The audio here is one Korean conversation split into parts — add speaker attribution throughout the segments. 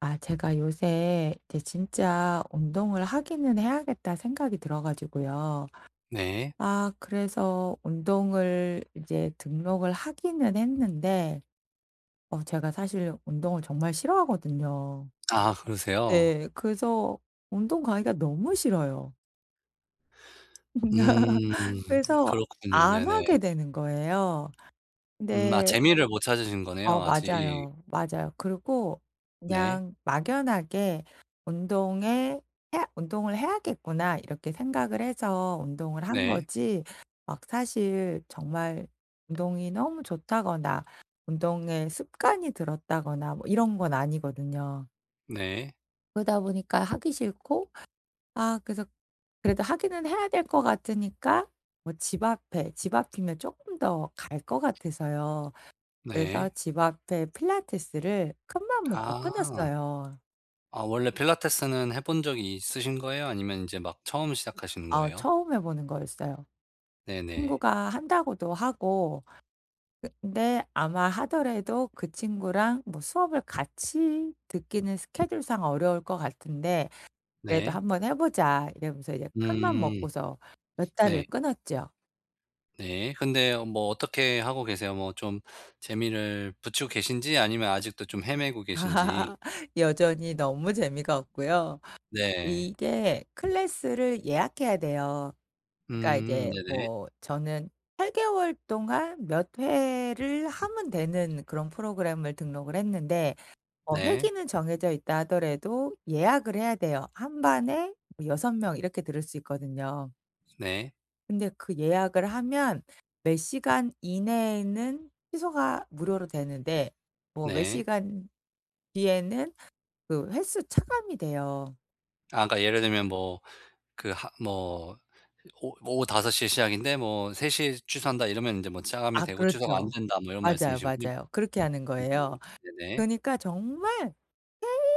Speaker 1: 아 제가 요새 이제 진짜 '운동을 하기는 해야겠다.' 생각이 들어 가지고요.
Speaker 2: 네.
Speaker 1: 아 그래서 운동을 이제 등록을 하기는 했는데 어 제가 사실 운동을 정말 싫어하거든요.
Speaker 2: 아 그러세요?
Speaker 1: 네. 그래서 운동 가기가 너무 싫어요.
Speaker 2: 음.
Speaker 1: 그래서
Speaker 2: 그렇군요.
Speaker 1: 안
Speaker 2: 네네.
Speaker 1: 하게 되는 거예요.
Speaker 2: 음, 아
Speaker 1: 근데
Speaker 2: 재미를 못 찾으신
Speaker 1: 어
Speaker 2: 거네요 아직.
Speaker 1: 맞아요. 맞아요. 그리고
Speaker 2: 네.
Speaker 1: 그냥 막연하게 '운동에 해 운동을 해야겠구나.' 이렇게 생각을 해서 운동을 한
Speaker 2: 네.
Speaker 1: 거지 막 사실 정말 운동이 너무 좋다거나 운동에 습관이 들었다거나 뭐 이런 건 아니거든요.
Speaker 2: 네.
Speaker 1: 그러다 보니까 하기 싫고 아 그래서 그래도 하기는 해야 될 것 같으니까 뭐 집 앞이면 조금 더 갈 것 같아서요. 그래서
Speaker 2: 네.
Speaker 1: 집 앞에 필라테스를 큰맘 먹고
Speaker 2: 아.
Speaker 1: 끊었어요.
Speaker 2: 아 원래 필라테스는 해본 적이 있으신 거예요? 아니면 인제 막 처음 시작하시는
Speaker 1: 어
Speaker 2: 거예요?
Speaker 1: 처음 해 보는 거였어요.
Speaker 2: 네네.
Speaker 1: 친구가 한다고도 하고 근데 아마 하더라도 그 친구랑 뭐 수업을 같이 듣기는 스케줄상 어려울 것 같은데 "그래도
Speaker 2: 네.
Speaker 1: 한번 해 보자." 이러면서 이제 큰맘
Speaker 2: 음.
Speaker 1: 먹고서 몇
Speaker 2: 네.
Speaker 1: 달을 끊었죠.
Speaker 2: 네. 근데 뭐 어떻게 하고 계세요? 뭐 좀 재미를 붙이고 계신지 아니면 아직도 좀 헤매고 계신지.
Speaker 1: 여전히 너무 재미가 없고요.
Speaker 2: 네.
Speaker 1: 이게 클래스를 예약해야 돼요. 그러니까
Speaker 2: 음,
Speaker 1: 이제
Speaker 2: 네네.
Speaker 1: 뭐 저는 8개월 개월 동안 몇 회를 하면 되는 그런 프로그램을 등록을 했는데 어
Speaker 2: 네.
Speaker 1: 회기는 정해져 있다 하더라도 예약을 해야 돼요. 한 반에 뭐 6명 명 이렇게 들을 수 있거든요.
Speaker 2: 네.
Speaker 1: 근데 그 예약을 하면 몇 시간 이내에는 취소가 무료로 되는데 뭐 몇
Speaker 2: 네.
Speaker 1: 시간 뒤에는 그 횟수 차감이 돼요.
Speaker 2: 아 그러니까 예를 들면 뭐 그 하 뭐 "오 뭐 오후 5시에 시작인데 뭐3시에 취소한다." 이러면 이제 뭐 "짜감이
Speaker 1: 아
Speaker 2: 되고 취소가 안
Speaker 1: 그렇죠.
Speaker 2: 된다." 뭐 이런
Speaker 1: 맞아요,
Speaker 2: 말씀이시군요.
Speaker 1: 맞아요. 그렇게 하는
Speaker 2: 음,
Speaker 1: 거예요.
Speaker 2: 네네.
Speaker 1: 그러니까 정말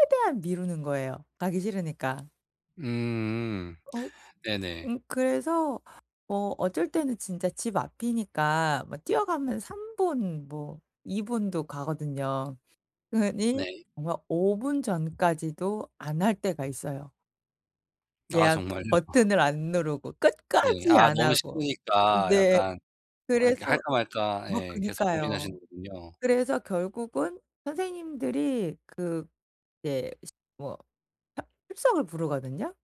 Speaker 1: 최대한 미루는 거예요, 가기 싫으니까.
Speaker 2: 음.
Speaker 1: 어
Speaker 2: 네네.
Speaker 1: 그래서 뭐 어쩔 때는 진짜 집 앞이니까 뭐 뛰어가면 3분 분 뭐 2분 분도 가거든요. 그러니
Speaker 2: 네.
Speaker 1: 정말 5분 분 전까지도 안 할 때가 있어요.
Speaker 2: 아
Speaker 1: 예약
Speaker 2: 정말요?
Speaker 1: 버튼을 안 누르고
Speaker 2: 네.
Speaker 1: 끝까지
Speaker 2: 아
Speaker 1: 안
Speaker 2: 너무
Speaker 1: 하고.
Speaker 2: 싫으니까
Speaker 1: 네.
Speaker 2: 약간 어
Speaker 1: 그래서
Speaker 2: 이렇게 할까 말까
Speaker 1: 아
Speaker 2: 예 계속
Speaker 1: 그니까요.
Speaker 2: 고민하시는군요.
Speaker 1: 그래서 결국은 선생님들이 그 이제 뭐 출석을 부르거든요.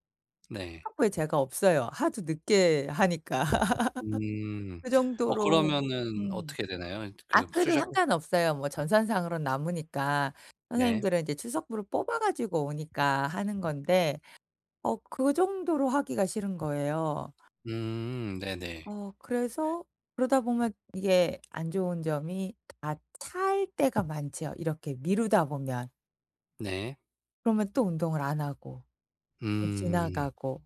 Speaker 2: 네.
Speaker 1: 학교에 제가 없어요. 하도 늦게 하니까.
Speaker 2: 음.
Speaker 1: 그
Speaker 2: 어
Speaker 1: 정도로
Speaker 2: 그러면은
Speaker 1: 음.
Speaker 2: 어떻게 되나요? 그
Speaker 1: 학교도
Speaker 2: 수작.
Speaker 1: 상관없어요. 뭐 전산상으로는 남으니까.
Speaker 2: 네.
Speaker 1: 선생님들은 이제 출석부를 뽑아 가지고 오니까 하는 건데 어 그 정도로 하기가 싫은 거예요.
Speaker 2: 음, 네네.
Speaker 1: 어 그래서 그러다 보면 이게 안 좋은 점이 다 찰 때가 많지요, 이렇게 미루다 보면.
Speaker 2: 네.
Speaker 1: 그러면 또 운동을 안 하고. 좀
Speaker 2: 음.
Speaker 1: 지나가고.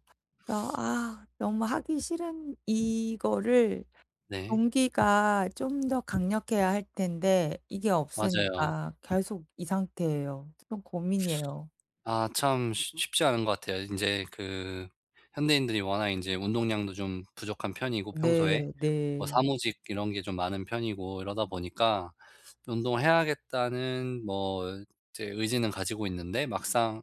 Speaker 1: 그래서 아 너무 하기 싫은 이거를
Speaker 2: 네.
Speaker 1: 동기가 좀 더 강력해야 할 텐데 이게
Speaker 2: 맞아요.
Speaker 1: 없으니까 계속 이 상태예요. 좀 고민이에요.
Speaker 2: 아 참 쉽 쉽지 않은 것 같아요. 이제 그 현대인들이 워낙 이제 운동량도 좀 부족한 편이고
Speaker 1: 네.
Speaker 2: 평소에 뭐
Speaker 1: 네.
Speaker 2: 사무직 이런 게 좀 많은 편이고 이러다 보니까 '운동을 해야겠다.'는 뭐 이제 의지는 가지고 있는데 막상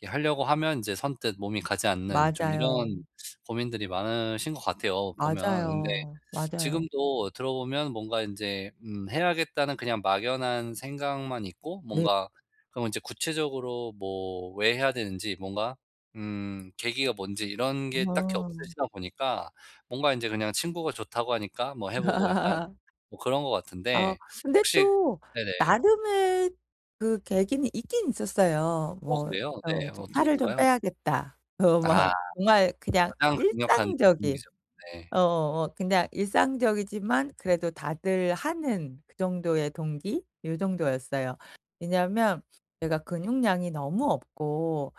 Speaker 2: 이렇게 하려고 하면 이제 선뜻 몸이 가지 않는 좀
Speaker 1: 맞아요.
Speaker 2: 이런 고민들이 많으신 것 같아요 보면. 근데
Speaker 1: 맞아요. 맞아요.
Speaker 2: 지금도 들어보면 뭔가 인제 해야겠다는 그냥 막연한 생각만 있고
Speaker 1: 네.
Speaker 2: 뭔가 그럼 인제 구체적으로 뭐 왜 해야 되는지 뭔가 계기가 뭔지 이런 게 딱히
Speaker 1: 어.
Speaker 2: 없으시다 보니까 뭔가 인제 그냥 친구가 좋다고 하니까 뭐 해 보고 약간 뭐 그런 것
Speaker 1: 어
Speaker 2: 같은데
Speaker 1: 근데
Speaker 2: 혹시
Speaker 1: 또
Speaker 2: 네네.
Speaker 1: 나름의 그 계기는 있긴 있었어요.
Speaker 2: 어
Speaker 1: 뭐
Speaker 2: 그래요? 네.
Speaker 1: 어 좀
Speaker 2: 어떤
Speaker 1: '살을 좀
Speaker 2: 건가요?
Speaker 1: 빼야겠다.' 어
Speaker 2: 아
Speaker 1: 막 정말 그냥
Speaker 2: 가장 강력한
Speaker 1: 일상적인
Speaker 2: 동기죠. 네.
Speaker 1: 어어 어, 그냥 일상적이지만 그래도 다들 하는 그 정도의 동기 요 정도였어요. 왜냐하면 제가 근육량이 너무 없고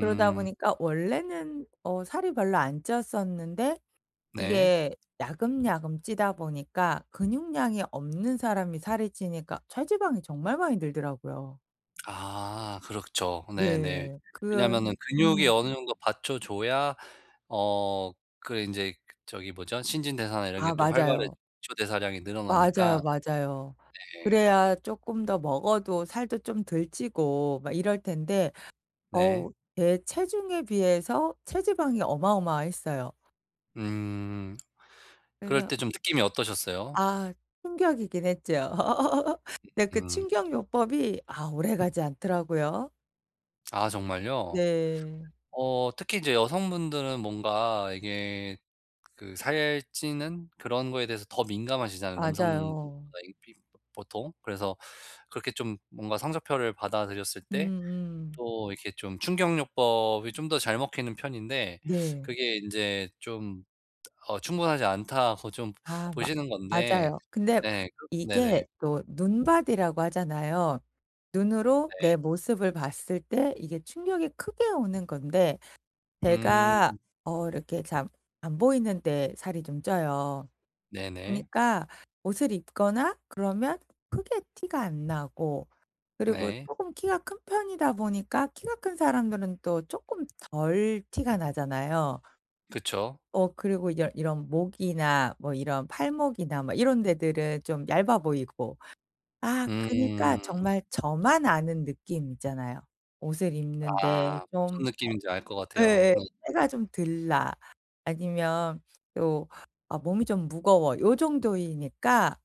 Speaker 1: 그러다 보니까 원래는 어 살이 별로 안 쪘었는데
Speaker 2: 네.
Speaker 1: 이게 야금야금 찌다 보니까 근육량이 없는 사람이 살이 찌니까 체지방이 정말 많이 늘더라고요.
Speaker 2: 아 그렇죠. 네네.
Speaker 1: 네.
Speaker 2: 왜냐면은
Speaker 1: 그건
Speaker 2: 근육이 어느 정도 받쳐 줘야 어 그 인제 그 저기 뭐죠? 신진대사나 이런 게
Speaker 1: 아
Speaker 2: 또 활발해지고
Speaker 1: 맞아요.
Speaker 2: 기초 대사량이 늘어나니까.
Speaker 1: 맞아요, 맞아요.
Speaker 2: 네.
Speaker 1: 그래야 쪼끔 더 먹어도 살도 좀 덜 찌고 막 이럴 텐데
Speaker 2: 네.
Speaker 1: 어우 제 체중에 비해서 체지방이 어마어마했어요.
Speaker 2: 음. 그럴
Speaker 1: 그래서
Speaker 2: 때 좀 느낌이 어떠셨어요?
Speaker 1: 아 충격이긴 했죠. 근데 그
Speaker 2: 음.
Speaker 1: 충격 요법이 아 오래가지 않더라고요.
Speaker 2: 아 정말요?
Speaker 1: 네.
Speaker 2: 어 특히 이제 여성분들은 뭔가 이게 그 살찌는 그런 거에 대해서 더 민감하시잖아요,
Speaker 1: 맞아요.
Speaker 2: 남성분들보다 이 비 보통. 그래서 그렇게 좀 뭔가 성적표를 받아들였을 때
Speaker 1: 음음.
Speaker 2: 또 이렇게 좀 충격요법이 좀 더 잘 먹히는 편인데
Speaker 1: 네.
Speaker 2: 그게 인제 좀 어 충분하지 않다고 좀
Speaker 1: 아 마
Speaker 2: 보시는 건데
Speaker 1: 맞아요. 근데
Speaker 2: 네. 그
Speaker 1: 이게
Speaker 2: 네네.
Speaker 1: 또 눈밭이라고 하잖아요. 눈으로
Speaker 2: 네.
Speaker 1: 내 모습을 봤을 때 이게 충격이 크게 오는 건데 제가
Speaker 2: 음.
Speaker 1: 어 이렇게 참 안 보이는 데 살이 좀 쪄요.
Speaker 2: 네네.
Speaker 1: 그니까 옷을 입거나 그러면 크게 티가 안 나고 그리고
Speaker 2: 네.
Speaker 1: 쪼금 키가 큰 편이다 보니까 키가 큰 사람들은 또 쪼끔 덜 티가 나잖아요.
Speaker 2: 그쵸.
Speaker 1: 어 그리고 이런 목이나 뭐 이런 팔목이나 막 이런 데들은 좀 얇아 보이고 아 그니까
Speaker 2: 음.
Speaker 1: 정말 저만 아는 느낌 있잖아요. 옷을 입는데
Speaker 2: 아. 무슨
Speaker 1: 좀
Speaker 2: 느낌인지 알 것 같아요.
Speaker 1: 예예.
Speaker 2: 네.
Speaker 1: 때가 좀 덜 나. 아니면 또 아 몸이 좀 무거워. 요 정도이니까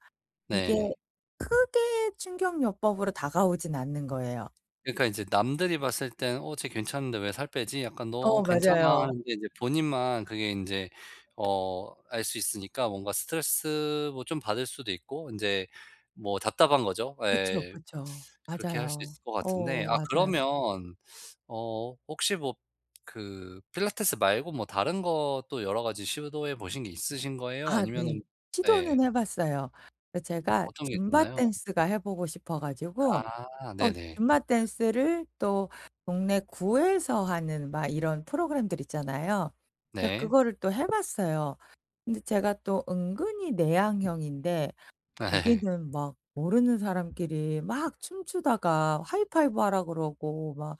Speaker 1: 이게
Speaker 2: 네.
Speaker 1: 크게 충격요법으로 다가오진 않는 거예요.
Speaker 2: 그러니까 이제 남들이 봤을 땐 '어 쟤 괜찮은데 왜 살 빼지?' 약간 '너 어
Speaker 1: 어
Speaker 2: 괜찮아.' 음.
Speaker 1: 맞아요.
Speaker 2: 하는데 이제 본인만 그게 인제 어 알 수 있으니까 뭔가 스트레스 뭐 좀 받을 수도 있고 인제 뭐 답답한 거죠.
Speaker 1: 그쵸,
Speaker 2: 예.
Speaker 1: 그쵸.
Speaker 2: 그렇게 할 수
Speaker 1: 맞아요.
Speaker 2: 있을 것 같은데
Speaker 1: 어
Speaker 2: 아
Speaker 1: 맞아요.
Speaker 2: 그러면 어 혹시 뭐 그 필라테스 말고 뭐 다른 것도 여러 가지 시도해 보신 게 있으신 거예요?
Speaker 1: 아 네.
Speaker 2: 아니면은
Speaker 1: 시도는
Speaker 2: 예.
Speaker 1: 해 봤어요. 그 제가
Speaker 2: 어떤 게
Speaker 1: 줌바
Speaker 2: 있었나요?
Speaker 1: 댄스가 해 보고 싶어 가지고
Speaker 2: 아
Speaker 1: 어
Speaker 2: 네네.
Speaker 1: 줌바 댄스를 또 동네 구에서 하는 막 이런 프로그램들 있잖아요. 그러니까
Speaker 2: 네.
Speaker 1: 그거를 또 해 봤어요. 근데 제가 또 은근히 내향형인데 거기는 막 모르는 사람끼리 막 춤추다가 하이파이브 하라 그러고 막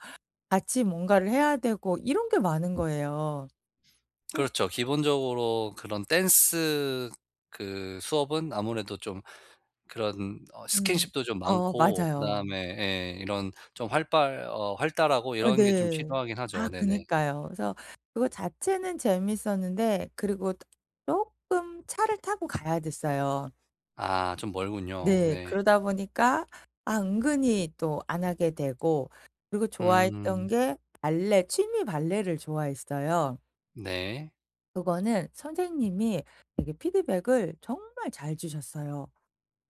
Speaker 1: 같이 뭔가를 해야 되고 이런 게 많은 거예요. 그래서
Speaker 2: 그렇죠. 기본적으로 그런 댄스 그 수업은 아무래도 좀 그런 어
Speaker 1: 음.
Speaker 2: 스킨십도 좀
Speaker 1: 어
Speaker 2: 많고
Speaker 1: 맞아요.
Speaker 2: 그다음에 예 이런 좀 활발 어 활달하고
Speaker 1: 어
Speaker 2: 이런 게 좀
Speaker 1: 네.
Speaker 2: 필요하긴 하죠.
Speaker 1: 아
Speaker 2: 네네.
Speaker 1: 그니까요. 그래서 그거 자체는 재밌었는데 그리고 조 쪼끔 차를 타고 가야 됐어요.
Speaker 2: 아 좀 멀군요.
Speaker 1: 네.
Speaker 2: 네.
Speaker 1: 그러다 보니까 아 은근히 또 안 하게 되고 그리고 좋아했던
Speaker 2: 음.
Speaker 1: 게 발레 취미 발레를 좋아했어요.
Speaker 2: 네.
Speaker 1: 그거는 선생님이 되게 피드백을 정말 잘 주셨어요.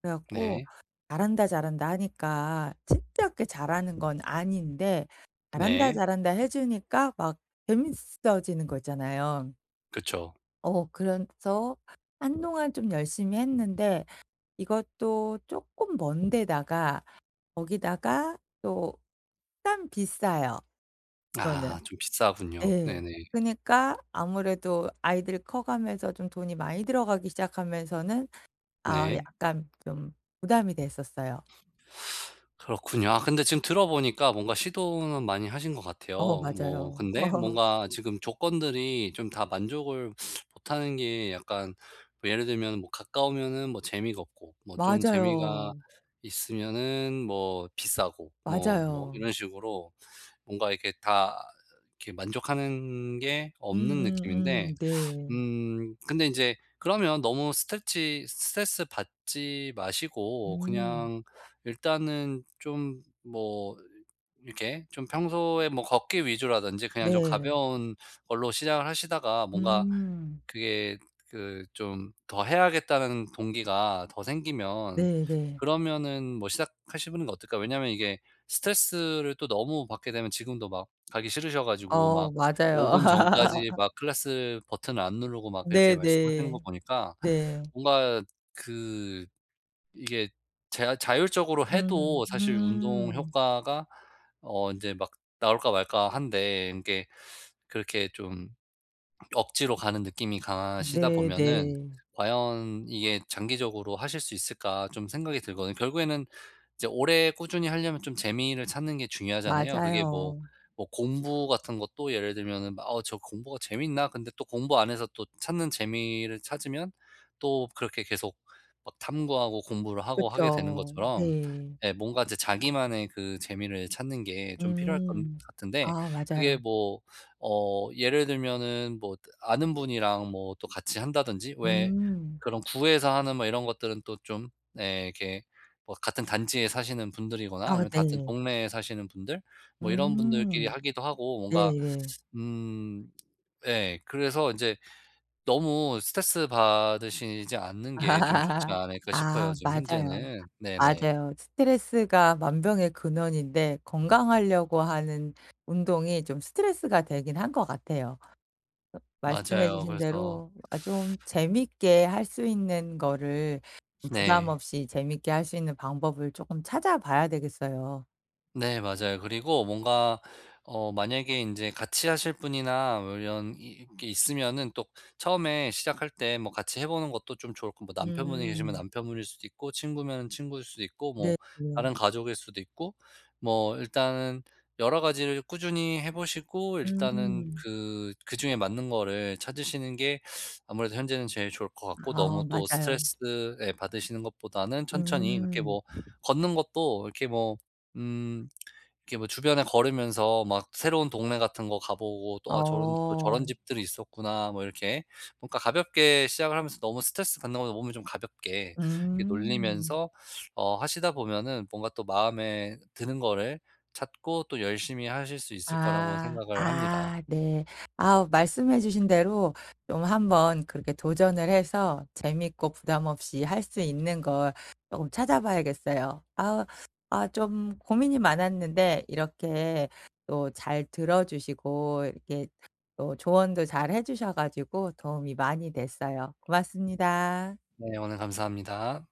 Speaker 1: 그래 갖고
Speaker 2: 네.
Speaker 1: 잘한다, 잘한다 하니까 진짜 그렇게 잘하는 건 아닌데 잘한다,
Speaker 2: 네.
Speaker 1: 잘한다 해 주니까 막 재밌어지는 거 있잖아요.
Speaker 2: 그쵸.
Speaker 1: 어 그래서 한동안 좀 열심히 했는데 이것도 조금 먼 데다가 거기다가 또일 비싸요 이거는.
Speaker 2: 아 좀 비싸군요.
Speaker 1: 예.
Speaker 2: 네네.
Speaker 1: 그니까 아무래도 아이들이 커가면서 좀 돈이 많이 들어가기 시작하면서는 아
Speaker 2: 네.
Speaker 1: 약간 좀 부담이 됐었어요.
Speaker 2: 그렇군요. 아 근데 지금 들어보니까 뭔가 시도는 많이 하신 것 같아요.
Speaker 1: 어
Speaker 2: 뭐
Speaker 1: 맞아요.
Speaker 2: 근데 뭔가 지금 조건들이 좀 다 만족을 못하는 게 약간 뭐 예를 들면 뭐 가까우면은 뭐 재미가 없고 뭐 좀 재미가
Speaker 1: 맞아요.
Speaker 2: 있으면은 뭐 비싸고 뭐 이런
Speaker 1: 맞아요.
Speaker 2: 식으로 뭔가 이렇게 다 이렇게 만족하는 게 없는 느낌인데
Speaker 1: 네.
Speaker 2: 근데 이제 그러면 너무 스트레치 스트레스 받지 마시고
Speaker 1: 음.
Speaker 2: 그냥 일단은 좀 뭐 이렇게 좀 평소에 뭐 걷기 위주라든지 그냥 좀
Speaker 1: 네.
Speaker 2: 가벼운 걸로 시작을 하시다가 뭔가
Speaker 1: 음.
Speaker 2: 그게 그 좀 더 해야겠다는 동기가 더 생기면
Speaker 1: 네네.
Speaker 2: 그러면은 뭐 시작하시는 게 어떨까? 왜냐하면 이게 스트레스를 또 너무 받게 되면 지금도 막 가기 싫으셔 가지고
Speaker 1: 어
Speaker 2: 막 5
Speaker 1: 맞아요.
Speaker 2: 분 전까지 막 클래스 버튼을 안 누르고 막 이렇게
Speaker 1: 네네.
Speaker 2: 말씀하시는 거
Speaker 1: 네.
Speaker 2: 보니까
Speaker 1: 네.
Speaker 2: 뭔가 그 이게 자 자율적으로
Speaker 1: 음.
Speaker 2: 해도 사실 운동
Speaker 1: 음.
Speaker 2: 효과가 어 인제 막 나올까 말까 한데 이게 그렇게 좀 억지로 가는 느낌이 강하시다
Speaker 1: 네네.
Speaker 2: 보면은 과연 이게 장기적으로 하실 수 있을까 좀 생각이 들거든요. 결국에는 이제 오래 꾸준히 하려면 좀 재미를 찾는 게 중요하잖아요. 그게 뭐
Speaker 1: 맞아요.
Speaker 2: 뭐 공부 같은 것도 예를 들면은 막 '어 저 공부가 재밌나?' 근데 또 공부 안에서 또 찾는 재미를 찾으면 또 그렇게 계속 막 탐구하고 공부를 하고 하게 되는
Speaker 1: 그쵸.
Speaker 2: 것처럼
Speaker 1: 네.
Speaker 2: 예 뭔가 이제 자기만의 그 재미를 찾는 게 좀 필요할 것
Speaker 1: 음.
Speaker 2: 같은데
Speaker 1: 아
Speaker 2: 그게
Speaker 1: 맞아요.
Speaker 2: 뭐 어 예를 들면은 뭐 아는 분이랑 뭐 또 같이 한다든지 왜
Speaker 1: 음.
Speaker 2: 그런 구에서 하는 뭐 이런 것들은 또 좀 예 이렇게 뭐 같은 단지에 사시는 분들이거나
Speaker 1: 아
Speaker 2: 아니면 같은
Speaker 1: 네.
Speaker 2: 동네에 사시는 분들 뭐 이런 분들끼리
Speaker 1: 음.
Speaker 2: 하기도 하고 뭔가
Speaker 1: 네네.
Speaker 2: 음 예 그래서 인제 '너무 스트레스 받으시지 않는 게 좀 좋지 않을까?' 싶어요
Speaker 1: 아
Speaker 2: 지금
Speaker 1: 맞아요.
Speaker 2: 현재는. 네네.
Speaker 1: 맞아요. 스트레스가 만병의 근원인데 건강하려고 하는 운동이 좀 스트레스가 되긴 한 것 같아요. 말씀해
Speaker 2: 맞아요.
Speaker 1: 주신
Speaker 2: 그래서
Speaker 1: 대로 아 좀 재밌게 할 수 있는 거를 부담
Speaker 2: 네.
Speaker 1: 없이 재밌게 할 수 있는 방법을 조금 찾아봐야 되겠어요.
Speaker 2: 네 맞아요. 그리고 뭔가 어 만약에 인제 같이 하실 분이나 뭐 이런 이 게 있으면은 또 처음에 시작할 때 뭐 같이 해 보는 것도 좀 좋을 거 뭐 남편분이 계시면
Speaker 1: 음.
Speaker 2: 남편분일 수도 있고 친구면 친구일 수도 있고 뭐
Speaker 1: 네네.
Speaker 2: 다른 가족일 수도 있고 뭐 일단은 여러 가지를 꾸준히 해 보시고 일단은
Speaker 1: 음.
Speaker 2: 그 그중에 맞는 거를 찾으시는 게 아무래도 현재는 제일 좋을 것 같고 너무
Speaker 1: 아
Speaker 2: 또
Speaker 1: 맞아요.
Speaker 2: 스트레스 예 받으시는 것보다는 천천히 그렇게
Speaker 1: 음.
Speaker 2: 뭐 걷는 것도 이렇게 뭐음 이렇게 뭐 주변에 걸으면서 막 새로운 동네 같은 거 가보고 또 '아 저런 또 저런
Speaker 1: 어.
Speaker 2: 집들이 있었구나.' 뭐 이렇게 뭔가 가볍게 시작을 하면서 너무 스트레스 받는 것보다 몸을 좀 가볍게 이렇게
Speaker 1: 음.
Speaker 2: 놀리면서 어 하시다 보면은 뭔가 또 마음에 드는 거를 찾고 또 열심히 하실 수 있을 거라고
Speaker 1: 아.
Speaker 2: 생각을 합니다.
Speaker 1: 아 네. 아우 말씀해 주신 대로 좀 한번 그렇게 도전을 해서 재밌고 부담 없이 할 수 있는 걸 조금 찾아봐야겠어요. 아 아 좀 고민이 많았는데 이렇게 또 잘 들어 주시고 이렇게 또 조언도 잘 해 주셔 가지고 도움이 많이 됐어요. 고맙습니다.
Speaker 2: 네 오늘 감사합니다.